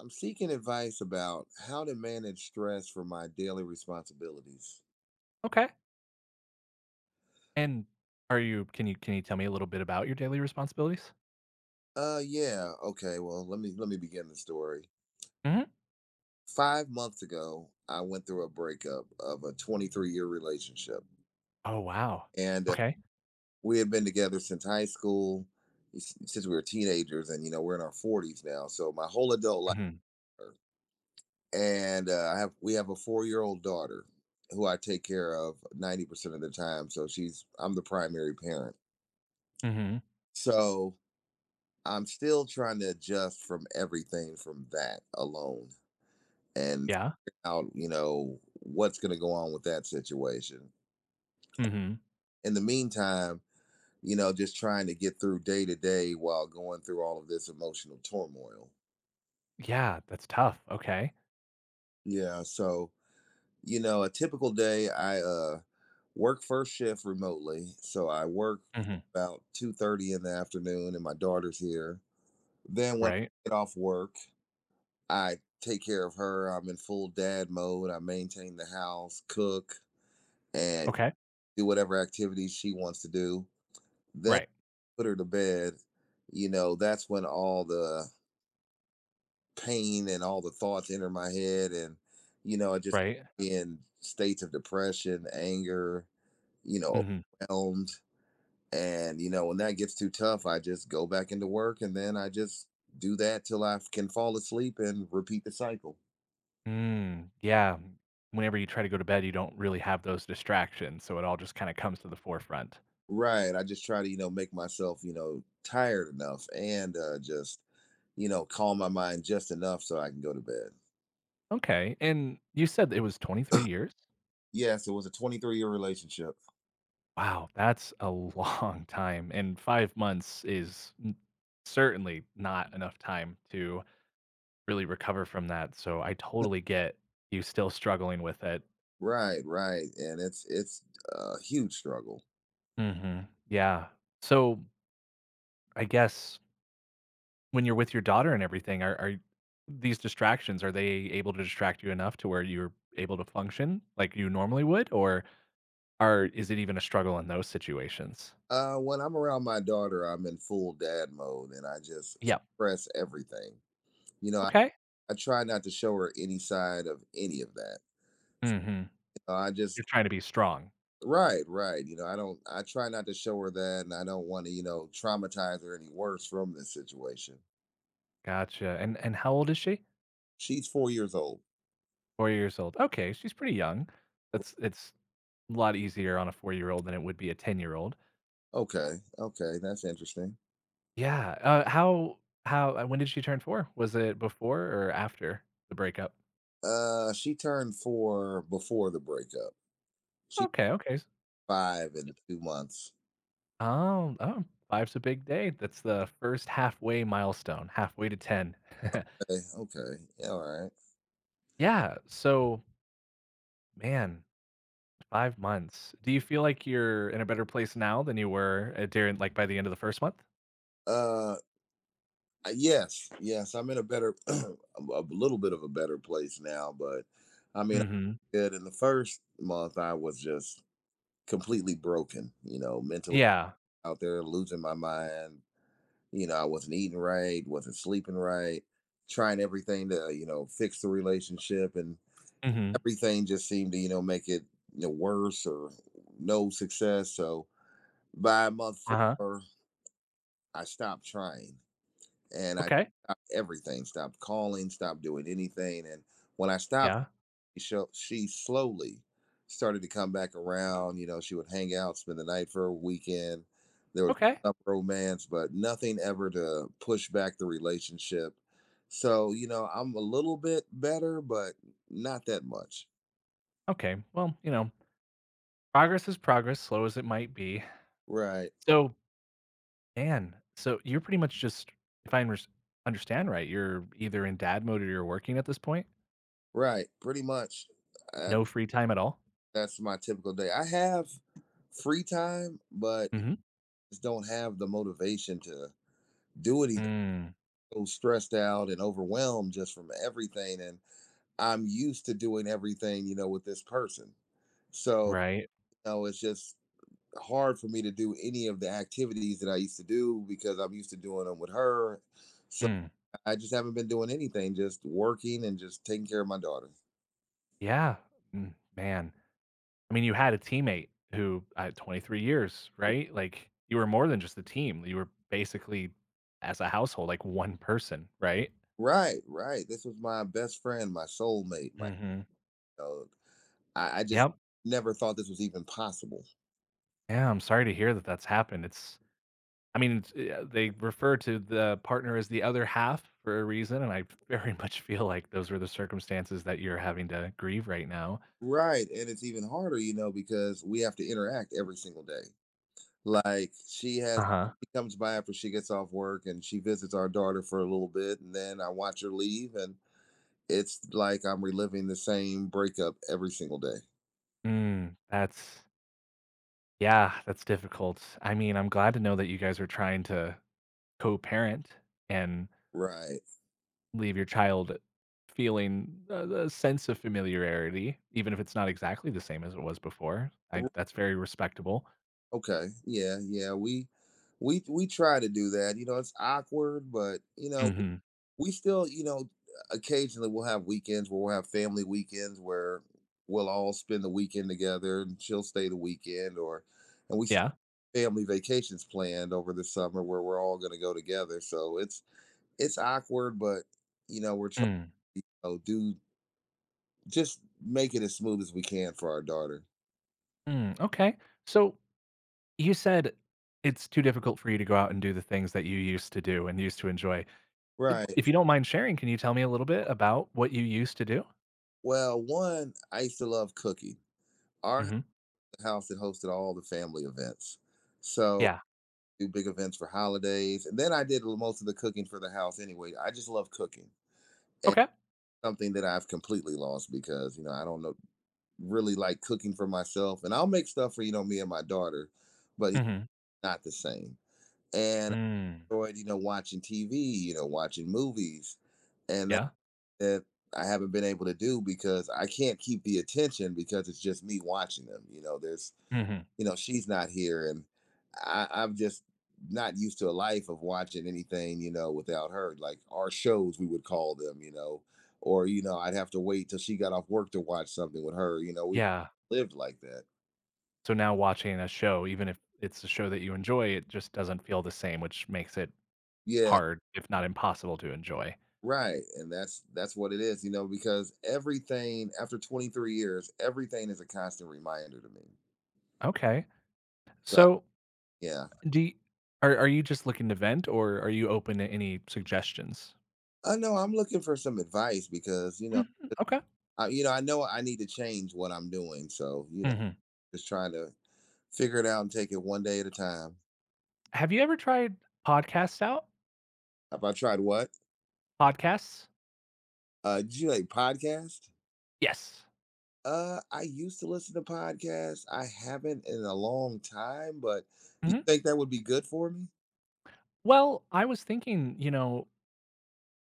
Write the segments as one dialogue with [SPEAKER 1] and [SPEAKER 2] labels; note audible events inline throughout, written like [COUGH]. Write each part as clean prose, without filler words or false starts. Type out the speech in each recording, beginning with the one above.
[SPEAKER 1] I'm seeking advice about how to manage stress for my daily responsibilities.
[SPEAKER 2] Okay. And are you can you can you tell me a little bit about your daily responsibilities?
[SPEAKER 1] Yeah, okay. Well, let me begin the story.
[SPEAKER 2] Mhm.
[SPEAKER 1] 5 months ago, I went through a breakup of a 23-year relationship.
[SPEAKER 2] Oh, wow.
[SPEAKER 1] And
[SPEAKER 2] Okay.
[SPEAKER 1] We had been together since high school, since we were teenagers, and you know, we're in our 40s now. So my whole adult life,
[SPEAKER 2] Mhm.
[SPEAKER 1] uh, and I have we have a 4-year-old daughter who I take care of 90% of the time. So she's I'm the primary parent.
[SPEAKER 2] Mhm.
[SPEAKER 1] So I'm still trying to adjust from everything from that alone and
[SPEAKER 2] Yeah.
[SPEAKER 1] figure out, you know, what's going to go on with that situation.
[SPEAKER 2] Mhm.
[SPEAKER 1] In the meantime, you know, just trying to get through day to day while going through all of this emotional turmoil.
[SPEAKER 2] Yeah, that's tough. Okay.
[SPEAKER 1] Yeah. So, you know, a typical day, I work first shift remotely. So I work
[SPEAKER 2] Mhm.
[SPEAKER 1] about 2:30 in the afternoon and my daughter's here. Then when
[SPEAKER 2] Right.
[SPEAKER 1] I get off work, I take care of her. I'm in full dad mode. I maintain the house, cook, and
[SPEAKER 2] Okay.
[SPEAKER 1] do whatever activities she wants to do. Then
[SPEAKER 2] Right.
[SPEAKER 1] put her to bed. You know, that's when all the pain and all the thoughts enter my head. And, you know, I just
[SPEAKER 2] Right.
[SPEAKER 1] in states of depression, anger, you know,
[SPEAKER 2] Mhm.
[SPEAKER 1] overwhelmed. And, you know, when that gets too tough, I just go back into work and then I just do that till I can fall asleep and repeat the cycle.
[SPEAKER 2] Mm, yeah. Whenever you try to go to bed, you don't really have those distractions, so it all just kind of comes to the forefront.
[SPEAKER 1] Right. I just try to, you know, make myself, you know, tired enough, and just, you know, calm my mind just enough so I can go to bed.
[SPEAKER 2] Okay. And you said it was 23 years?
[SPEAKER 1] Yes, it was a 23-year relationship.
[SPEAKER 2] Wow, that's a [LAUGHS] long time. And five months is n- certainly not enough time to really recover from that. So I totally get you still struggling with it.
[SPEAKER 1] Right, right. And it's a huge struggle.
[SPEAKER 2] Mhm. Yeah. So, I guess when you're with your daughter and everything, are these distractions, are they able to distract you enough to where you're able to function like you normally would? Or are is it even a struggle in those situations?
[SPEAKER 1] When I'm around my daughter, I'm in full dad mode and I just
[SPEAKER 2] Yep.
[SPEAKER 1] stress everything. You know,
[SPEAKER 2] Okay.
[SPEAKER 1] I try not to show her any side of any of that.
[SPEAKER 2] Mhm.
[SPEAKER 1] You I
[SPEAKER 2] You're
[SPEAKER 1] just
[SPEAKER 2] trying to be strong.
[SPEAKER 1] Right, right. You know, I try not to show her that, and I don't want to, you know, traumatize her any worse from this situation.
[SPEAKER 2] Gotcha. And how old is she?
[SPEAKER 1] She's 4 years old.
[SPEAKER 2] 4 years old. Okay, she's pretty young. That's it's a lot easier on a four-year-old than it would be a ten-year-old.
[SPEAKER 1] Okay, okay, that's interesting.
[SPEAKER 2] Yeah. How when did she turn 4? Was it before or after the breakup?
[SPEAKER 1] She turned four before the breakup. She's
[SPEAKER 2] Okay, okay.
[SPEAKER 1] five in 2 months.
[SPEAKER 2] Oh, five's a big day. That's the first halfway milestone, halfway to 10.
[SPEAKER 1] Okay, okay, yeah, all right.
[SPEAKER 2] [LAUGHS] Yeah. So, man, 5 months. Do you feel like you're in a better place now than you were during, like, by the end of the first month?
[SPEAKER 1] Uh, yes, yes, I'm in a better, [CLEARS THROAT] a little bit of a better place now. But I mean,
[SPEAKER 2] Mm-hmm.
[SPEAKER 1] good in the first month. I was just completely broken, you know, mentally
[SPEAKER 2] Yeah.
[SPEAKER 1] out there, losing my mind. You know, I wasn't eating right, wasn't sleeping right, trying everything to, you know, fix the relationship, and
[SPEAKER 2] Mm-hmm.
[SPEAKER 1] everything just seemed to you know make it you know worse or no success. So by month
[SPEAKER 2] Uh-huh.
[SPEAKER 1] four, I stopped trying, and I
[SPEAKER 2] Okay.
[SPEAKER 1] stopped everything, stopped calling, stopped doing anything. And when I stopped,
[SPEAKER 2] Yeah.
[SPEAKER 1] she slowly started to come back around. You know, she would hang out, spend the night for a weekend. There would
[SPEAKER 2] Okay.
[SPEAKER 1] be some romance, but nothing ever to push back the relationship. So you know, I'm a little bit better, but not that much.
[SPEAKER 2] Okay. Well, you know, progress is progress, slow as it might be.
[SPEAKER 1] Right.
[SPEAKER 2] So, man, so you're pretty much just, if I under- understand right, you're either in dad mode or you're working at this point.
[SPEAKER 1] Right, pretty much. Uh,
[SPEAKER 2] No free time at all.
[SPEAKER 1] that's my typical day. I have free time, but
[SPEAKER 2] Mhm.
[SPEAKER 1] just don't have the motivation to do anything.
[SPEAKER 2] Mm,
[SPEAKER 1] So stressed out and overwhelmed just from everything, and I'm used to doing everything, you know, with this person. So, you
[SPEAKER 2] right.
[SPEAKER 1] know, it's just hard for me to do any of the activities that I used to do because I'm used to doing them with her. So
[SPEAKER 2] Mm,
[SPEAKER 1] I just haven't been doing anything, just working and just taking care of my daughter.
[SPEAKER 2] yeah. Mm, man. I mean, you had a teammate who at 23 years, right? Like, you were more than just the team. You were basically, as a household, like one person, right?
[SPEAKER 1] Right, right. This was my best friend, my soulmate, my
[SPEAKER 2] Mhm.
[SPEAKER 1] know, I just
[SPEAKER 2] Yep.
[SPEAKER 1] never thought this was even possible.
[SPEAKER 2] Yeah, I'm sorry to hear that that's happened. It's I mean, it's, they refer to the partner as the other half for a reason, and I [LAUGHS] very much feel like those were the circumstances that you're having to grieve right now.
[SPEAKER 1] Right. And it's even harder, you know, because we have to interact every single day. Like
[SPEAKER 2] Uh-huh.
[SPEAKER 1] she comes by after she gets off work, and she visits our daughter for a little bit, and then I watch her leave, and it's like I'm reliving the same breakup every single day.
[SPEAKER 2] Mm, that's Yeah, that's difficult. I mean, I'm glad to know that you guys are trying to co-parent and
[SPEAKER 1] Right.
[SPEAKER 2] leave your child feeling a sense of familiarity, even if it's not exactly the same as it was before. I
[SPEAKER 1] R-
[SPEAKER 2] That's very respectable.
[SPEAKER 1] Okay. Yeah, yeah. We try to do that. You know, it's awkward, but you know,
[SPEAKER 2] Hmm.
[SPEAKER 1] we still, you know, occasionally we'll have weekends where we'll have family weekends where we'll all spend the weekend together and she'll stay the weekend, or and we still
[SPEAKER 2] Yeah.
[SPEAKER 1] have family vacations planned over the summer where we're all going to go together. So it's awkward, but you know, we're trying
[SPEAKER 2] Mm,
[SPEAKER 1] to do just make it as smooth as we can for our daughter.
[SPEAKER 2] mm, okay. So you said it's too difficult for you to go out and do the things that you used to do and used to enjoy.
[SPEAKER 1] Right.
[SPEAKER 2] If you don't mind sharing, can you tell me a little bit about what you used to do?
[SPEAKER 1] Well, one, I used to love cooking. Our
[SPEAKER 2] Hmm.
[SPEAKER 1] house had hosted all the family events. So
[SPEAKER 2] Yeah.
[SPEAKER 1] do big events for holidays. And then I did most of the cooking for the house anyway. I just love cooking, and
[SPEAKER 2] Okay.
[SPEAKER 1] something that I've completely lost because, you know, I don't know really like cooking for myself. And I'll make stuff for, you know, me and my daughter, but it's
[SPEAKER 2] Hmm.
[SPEAKER 1] not the same. And
[SPEAKER 2] Mm,
[SPEAKER 1] I enjoyed, you know, watching TV, you know, watching movies. And that,
[SPEAKER 2] yeah.
[SPEAKER 1] that I haven't been able to do because I can't keep the attention because it's just me watching them. You know, there's
[SPEAKER 2] Hmm.
[SPEAKER 1] you know she's not here, and I'm just not used to a life of watching anything, you know, without her. Like our shows, we would call them, you know, or you know, I'd have to wait till she got off work to watch something with her. You know, we
[SPEAKER 2] Yeah.
[SPEAKER 1] lived like that.
[SPEAKER 2] So now watching a show, even if it's a show that you enjoy, it just doesn't feel the same, which makes it
[SPEAKER 1] Yeah,
[SPEAKER 2] hard, if not impossible, to enjoy.
[SPEAKER 1] right. And that's what it is, you know, because everything after 23 years, everything is a constant reminder to me.
[SPEAKER 2] Okay.
[SPEAKER 1] So
[SPEAKER 2] So
[SPEAKER 1] yeah,
[SPEAKER 2] do you, are you just looking to vent, or are you open to any suggestions?
[SPEAKER 1] I know I'm looking for some advice because you know,
[SPEAKER 2] Mhm. Okay.
[SPEAKER 1] I, you know, I know I need to change what I'm doing. So you
[SPEAKER 2] Hmm.
[SPEAKER 1] Just trying to figure it out and take it one day at a time.
[SPEAKER 2] Have you ever tried podcasts out?
[SPEAKER 1] Have I tried what?
[SPEAKER 2] Podcasts?
[SPEAKER 1] Did you like podcast?
[SPEAKER 2] Yes.
[SPEAKER 1] I used to listen to podcasts. I haven't in a long time, but do you
[SPEAKER 2] Hmm.
[SPEAKER 1] think that would be good for me?
[SPEAKER 2] Well, I was thinking, you know,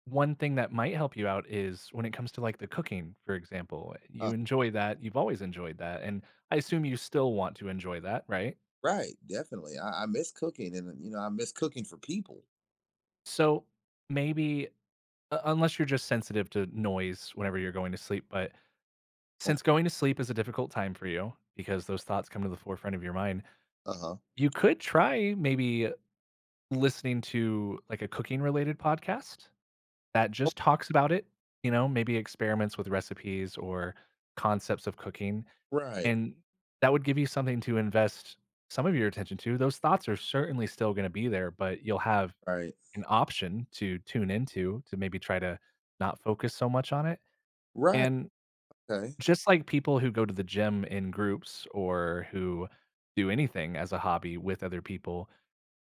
[SPEAKER 2] one thing that might help you out is when it comes to like the cooking, for example,
[SPEAKER 1] Uh,
[SPEAKER 2] you enjoy that. You've always enjoyed that. And I assume you still want to enjoy that, right?
[SPEAKER 1] right, definitely. I miss cooking, and you know, I miss cooking for people.
[SPEAKER 2] So maybe, unless you're just sensitive to noise whenever you're going to sleep, but
[SPEAKER 1] Uh
[SPEAKER 2] since going to sleep is a difficult time for you because those thoughts come to the forefront of your mind,
[SPEAKER 1] huh.
[SPEAKER 2] you could try maybe listening to like a cooking related podcast that just talks about it, you know, maybe experiments with recipes or concepts of cooking.
[SPEAKER 1] Right,
[SPEAKER 2] And that would give you something to invest some of your attention to. Those thoughts are certainly still gonna be there, but you'll have
[SPEAKER 1] right,
[SPEAKER 2] an option to tune into to maybe try to not focus so much on it.
[SPEAKER 1] right.
[SPEAKER 2] And
[SPEAKER 1] Okay,
[SPEAKER 2] just like people who go to the gym in groups or who do anything as a hobby with other people,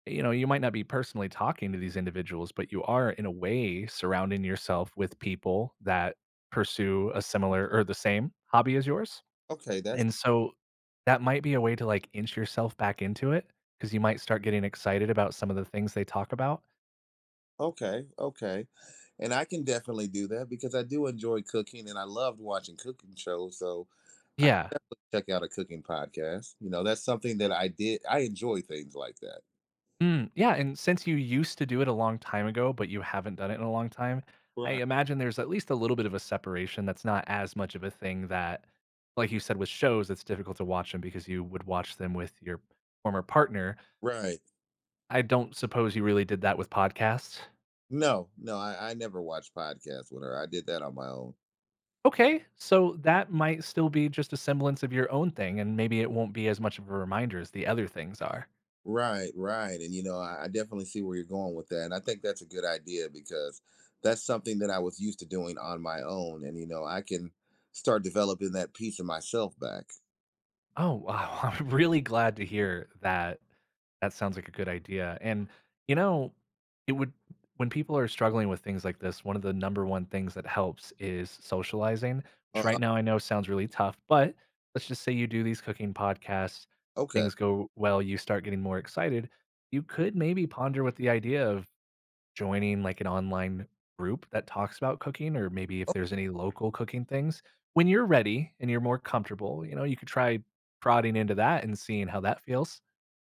[SPEAKER 2] you know, you might not be personally talking to these individuals, but you are in a way surrounding yourself with people that pursue a similar or the same hobby as yours.
[SPEAKER 1] okay. That's
[SPEAKER 2] And so that might be a way to, like, inch yourself back into it, because you might start getting excited about some of the things they talk about.
[SPEAKER 1] Okay, okay. And I can definitely do that because I do enjoy cooking, and I loved watching cooking shows. So
[SPEAKER 2] Yeah.
[SPEAKER 1] check out a cooking podcast. You know, that's something that I did. I enjoy things like that.
[SPEAKER 2] Mm, yeah, and since you used to do it a long time ago, but you haven't done it in a long time, I
[SPEAKER 1] Right.
[SPEAKER 2] imagine there's at least a little bit of a separation that's not as much of a thing that, like you said with shows, it's difficult to watch them because you would watch them with your former partner.
[SPEAKER 1] Right.
[SPEAKER 2] I don't suppose you really did that with podcasts?
[SPEAKER 1] No, no, I never watched podcasts with her. I did that on my own.
[SPEAKER 2] Okay, so that might still be just a semblance of your own thing, and maybe it won't be as much of a reminder as the other things are.
[SPEAKER 1] Right, right. And you know, I definitely see where you're going with that. And I think that's a good idea because that's something that I was used to doing on my own. And you know, I can start developing that piece of myself back.
[SPEAKER 2] Oh, wow. [LAUGHS] I'm really glad to hear that. That sounds like a good idea. And, you know, it would, when people are struggling with things like this, one of the number one things that helps is socializing, which right
[SPEAKER 1] Uh,
[SPEAKER 2] now I know sounds really tough, but let's just say you do these cooking podcasts,
[SPEAKER 1] Okay.
[SPEAKER 2] things go well, you start getting more excited. You could maybe ponder with the idea of joining like an online group that talks about cooking, or maybe if there's any local cooking things when you're ready and you're more comfortable, you know, you could try prodding into that and seeing how that feels.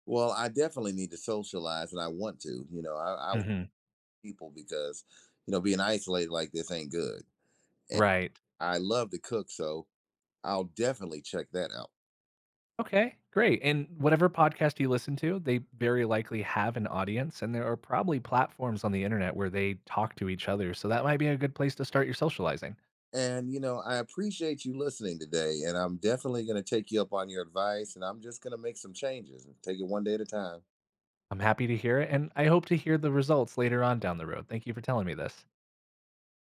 [SPEAKER 1] Well, I definitely need to socialize, and I want to. You know, I want
[SPEAKER 2] Hmm.
[SPEAKER 1] people because, you know, being isolated like this ain't good.
[SPEAKER 2] Right.
[SPEAKER 1] I love to cook, so I'll definitely check that out.
[SPEAKER 2] Okay, great. And whatever podcast you listen to, they very likely have an audience, and there are probably platforms on the internet where they talk to each other, so that might be a good place to start your socializing.
[SPEAKER 1] And, you know, I appreciate you listening today, and I'm definitely going to take you up on your advice, and I'm just going to make some changes and take it one day at a time.
[SPEAKER 2] I'm happy to hear it, and I hope to hear the results later on down the road. Thank you for telling me this.